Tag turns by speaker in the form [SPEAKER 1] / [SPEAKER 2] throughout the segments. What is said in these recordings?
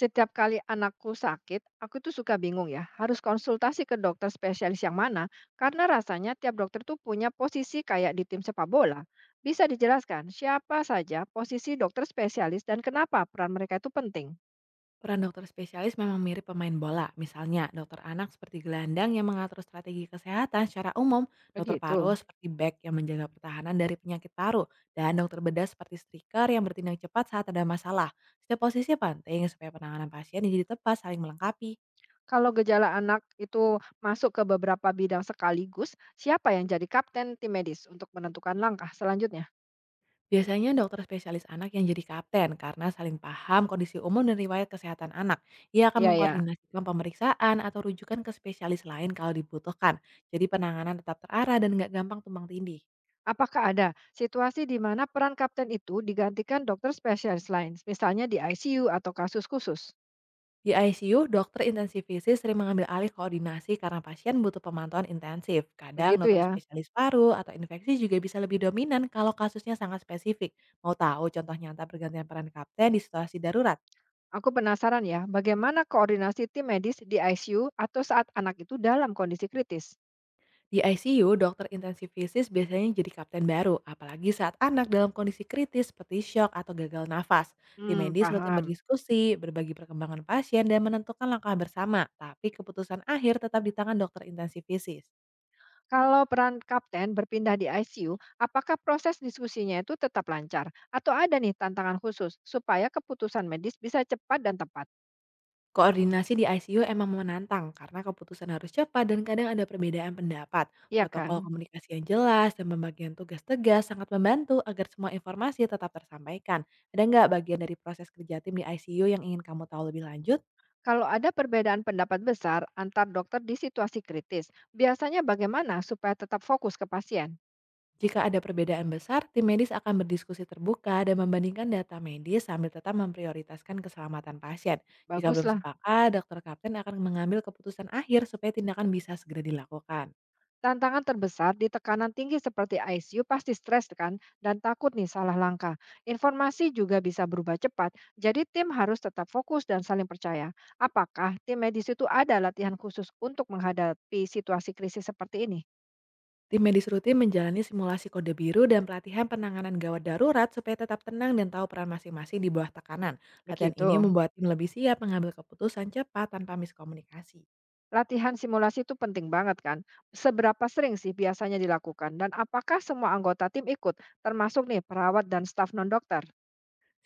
[SPEAKER 1] Setiap kali anakku sakit, aku tuh suka bingung ya, harus konsultasi ke dokter spesialis yang mana, karena rasanya tiap dokter tuh punya posisi kayak di tim sepak bola. Bisa dijelaskan siapa saja posisi dokter spesialis dan kenapa peran mereka itu penting?
[SPEAKER 2] Peran dokter spesialis memang mirip pemain bola. Misalnya, dokter anak seperti gelandang yang mengatur strategi kesehatan secara umum, dokter
[SPEAKER 1] Begitu.
[SPEAKER 2] paru seperti back yang menjaga pertahanan dari penyakit paru, dan dokter bedah seperti striker yang bertindak cepat saat ada masalah. Setiap posisi penting supaya penanganan pasien yang jadi tepat saling melengkapi.
[SPEAKER 1] Kalau gejala anak itu masuk ke beberapa bidang sekaligus, siapa yang jadi kapten tim medis untuk menentukan langkah selanjutnya?
[SPEAKER 2] Biasanya dokter spesialis anak yang jadi kapten karena saling paham kondisi umum dan riwayat kesehatan anak. Ia akan
[SPEAKER 1] Iya ya.
[SPEAKER 2] mengkoordinasikan pemeriksaan atau rujukan ke spesialis lain kalau dibutuhkan. Jadi penanganan tetap terarah dan nggak gampang tumbang tindih.
[SPEAKER 1] Apakah ada situasi di mana peran kapten itu digantikan dokter spesialis lain, misalnya di ICU atau kasus khusus?
[SPEAKER 2] Di ICU, dokter intensivisis sering mengambil alih koordinasi karena pasien butuh pemantauan intensif. Kadang
[SPEAKER 1] Begitu
[SPEAKER 2] dokter
[SPEAKER 1] ya.
[SPEAKER 2] spesialis paru atau infeksi juga bisa lebih dominan kalau kasusnya sangat spesifik. Mau tahu contoh nyata pergantian peran kapten di situasi darurat?
[SPEAKER 1] Aku penasaran ya, bagaimana koordinasi tim medis di ICU atau saat anak itu dalam kondisi kritis?
[SPEAKER 2] Di ICU, dokter intensivisis biasanya jadi kapten baru, apalagi saat anak dalam kondisi kritis seperti shock atau gagal nafas. Tim
[SPEAKER 1] Hmm,
[SPEAKER 2] medis rutin
[SPEAKER 1] paham.
[SPEAKER 2] berdiskusi, berbagi perkembangan pasien, dan menentukan langkah bersama, tapi keputusan akhir tetap di tangan dokter intensivisis.
[SPEAKER 1] Kalau peran kapten berpindah di ICU, apakah proses diskusinya itu tetap lancar? Atau ada nih tantangan khusus supaya keputusan medis bisa cepat dan tepat?
[SPEAKER 2] Koordinasi di ICU emang menantang karena keputusan harus cepat dan kadang ada perbedaan pendapat.
[SPEAKER 1] Iya
[SPEAKER 2] Protokol
[SPEAKER 1] kan?
[SPEAKER 2] komunikasi yang jelas dan pembagian tugas tegas sangat membantu agar semua informasi tetap tersampaikan. Ada nggak bagian dari proses kerja tim di ICU yang ingin kamu tahu lebih lanjut?
[SPEAKER 1] Kalau ada perbedaan pendapat besar antar dokter di situasi kritis, biasanya bagaimana supaya tetap fokus ke pasien?
[SPEAKER 2] Jika ada perbedaan besar, tim medis akan berdiskusi terbuka dan membandingkan data medis sambil tetap memprioritaskan keselamatan pasien. Jika belum
[SPEAKER 1] Baguslah.
[SPEAKER 2] sepakat, dokter kapten akan mengambil keputusan akhir supaya tindakan bisa segera dilakukan.
[SPEAKER 1] Tantangan terbesar di tekanan tinggi seperti ICU pasti stres kan dan takut nih salah langkah. Informasi juga bisa berubah cepat, jadi tim harus tetap fokus dan saling percaya. Apakah tim medis itu ada latihan khusus untuk menghadapi situasi krisis seperti ini?
[SPEAKER 2] Tim medis rutin menjalani simulasi kode biru dan pelatihan penanganan gawat darurat supaya tetap tenang dan tahu peran masing-masing di bawah tekanan. Latihan ini
[SPEAKER 1] Begitu.
[SPEAKER 2] membuat tim lebih siap mengambil keputusan cepat tanpa miskomunikasi.
[SPEAKER 1] Latihan simulasi itu penting banget kan? Seberapa sering sih biasanya dilakukan? Dan apakah semua anggota tim ikut, termasuk nih perawat dan staf non-dokter?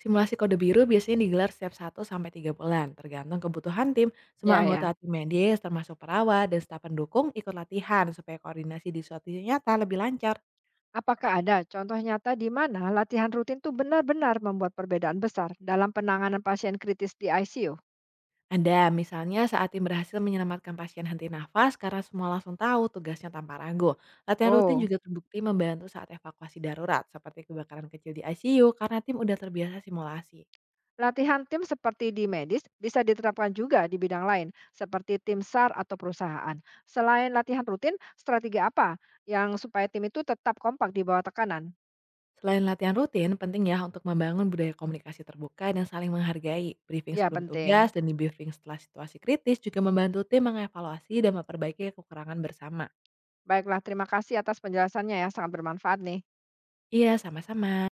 [SPEAKER 2] Simulasi kode biru biasanya digelar setiap satu sampai tiga bulan, tergantung kebutuhan tim. Semua
[SPEAKER 1] Ya,
[SPEAKER 2] anggota
[SPEAKER 1] ya.
[SPEAKER 2] tim medis, termasuk perawat dan staf pendukung, ikut latihan supaya koordinasi di suatu nyata lebih lancar.
[SPEAKER 1] Apakah ada contoh nyata di mana latihan rutin tuh benar-benar membuat perbedaan besar dalam penanganan pasien kritis di ICU?
[SPEAKER 2] Ada, misalnya saat tim berhasil menyelamatkan pasien henti nafas karena semua langsung tahu tugasnya tanpa ragu. Latihan rutin
[SPEAKER 1] Oh,
[SPEAKER 2] juga terbukti membantu saat evakuasi darurat, seperti kebakaran kecil di ICU karena tim udah terbiasa simulasi.
[SPEAKER 1] latihan tim seperti di medis bisa diterapkan juga di bidang lain, seperti tim SAR atau perusahaan. Selain latihan rutin, strategi apa yang supaya tim itu tetap kompak di bawah tekanan?
[SPEAKER 2] Selain latihan rutin, penting ya untuk membangun budaya komunikasi terbuka dan saling menghargai. Briefing
[SPEAKER 1] Ya,
[SPEAKER 2] sebelum tugas
[SPEAKER 1] penting.
[SPEAKER 2] dan debriefing setelah situasi kritis juga membantu tim mengevaluasi dan memperbaiki kekurangan bersama.
[SPEAKER 1] Baiklah, terima kasih atas penjelasannya ya, sangat bermanfaat nih.
[SPEAKER 2] Iya, sama-sama.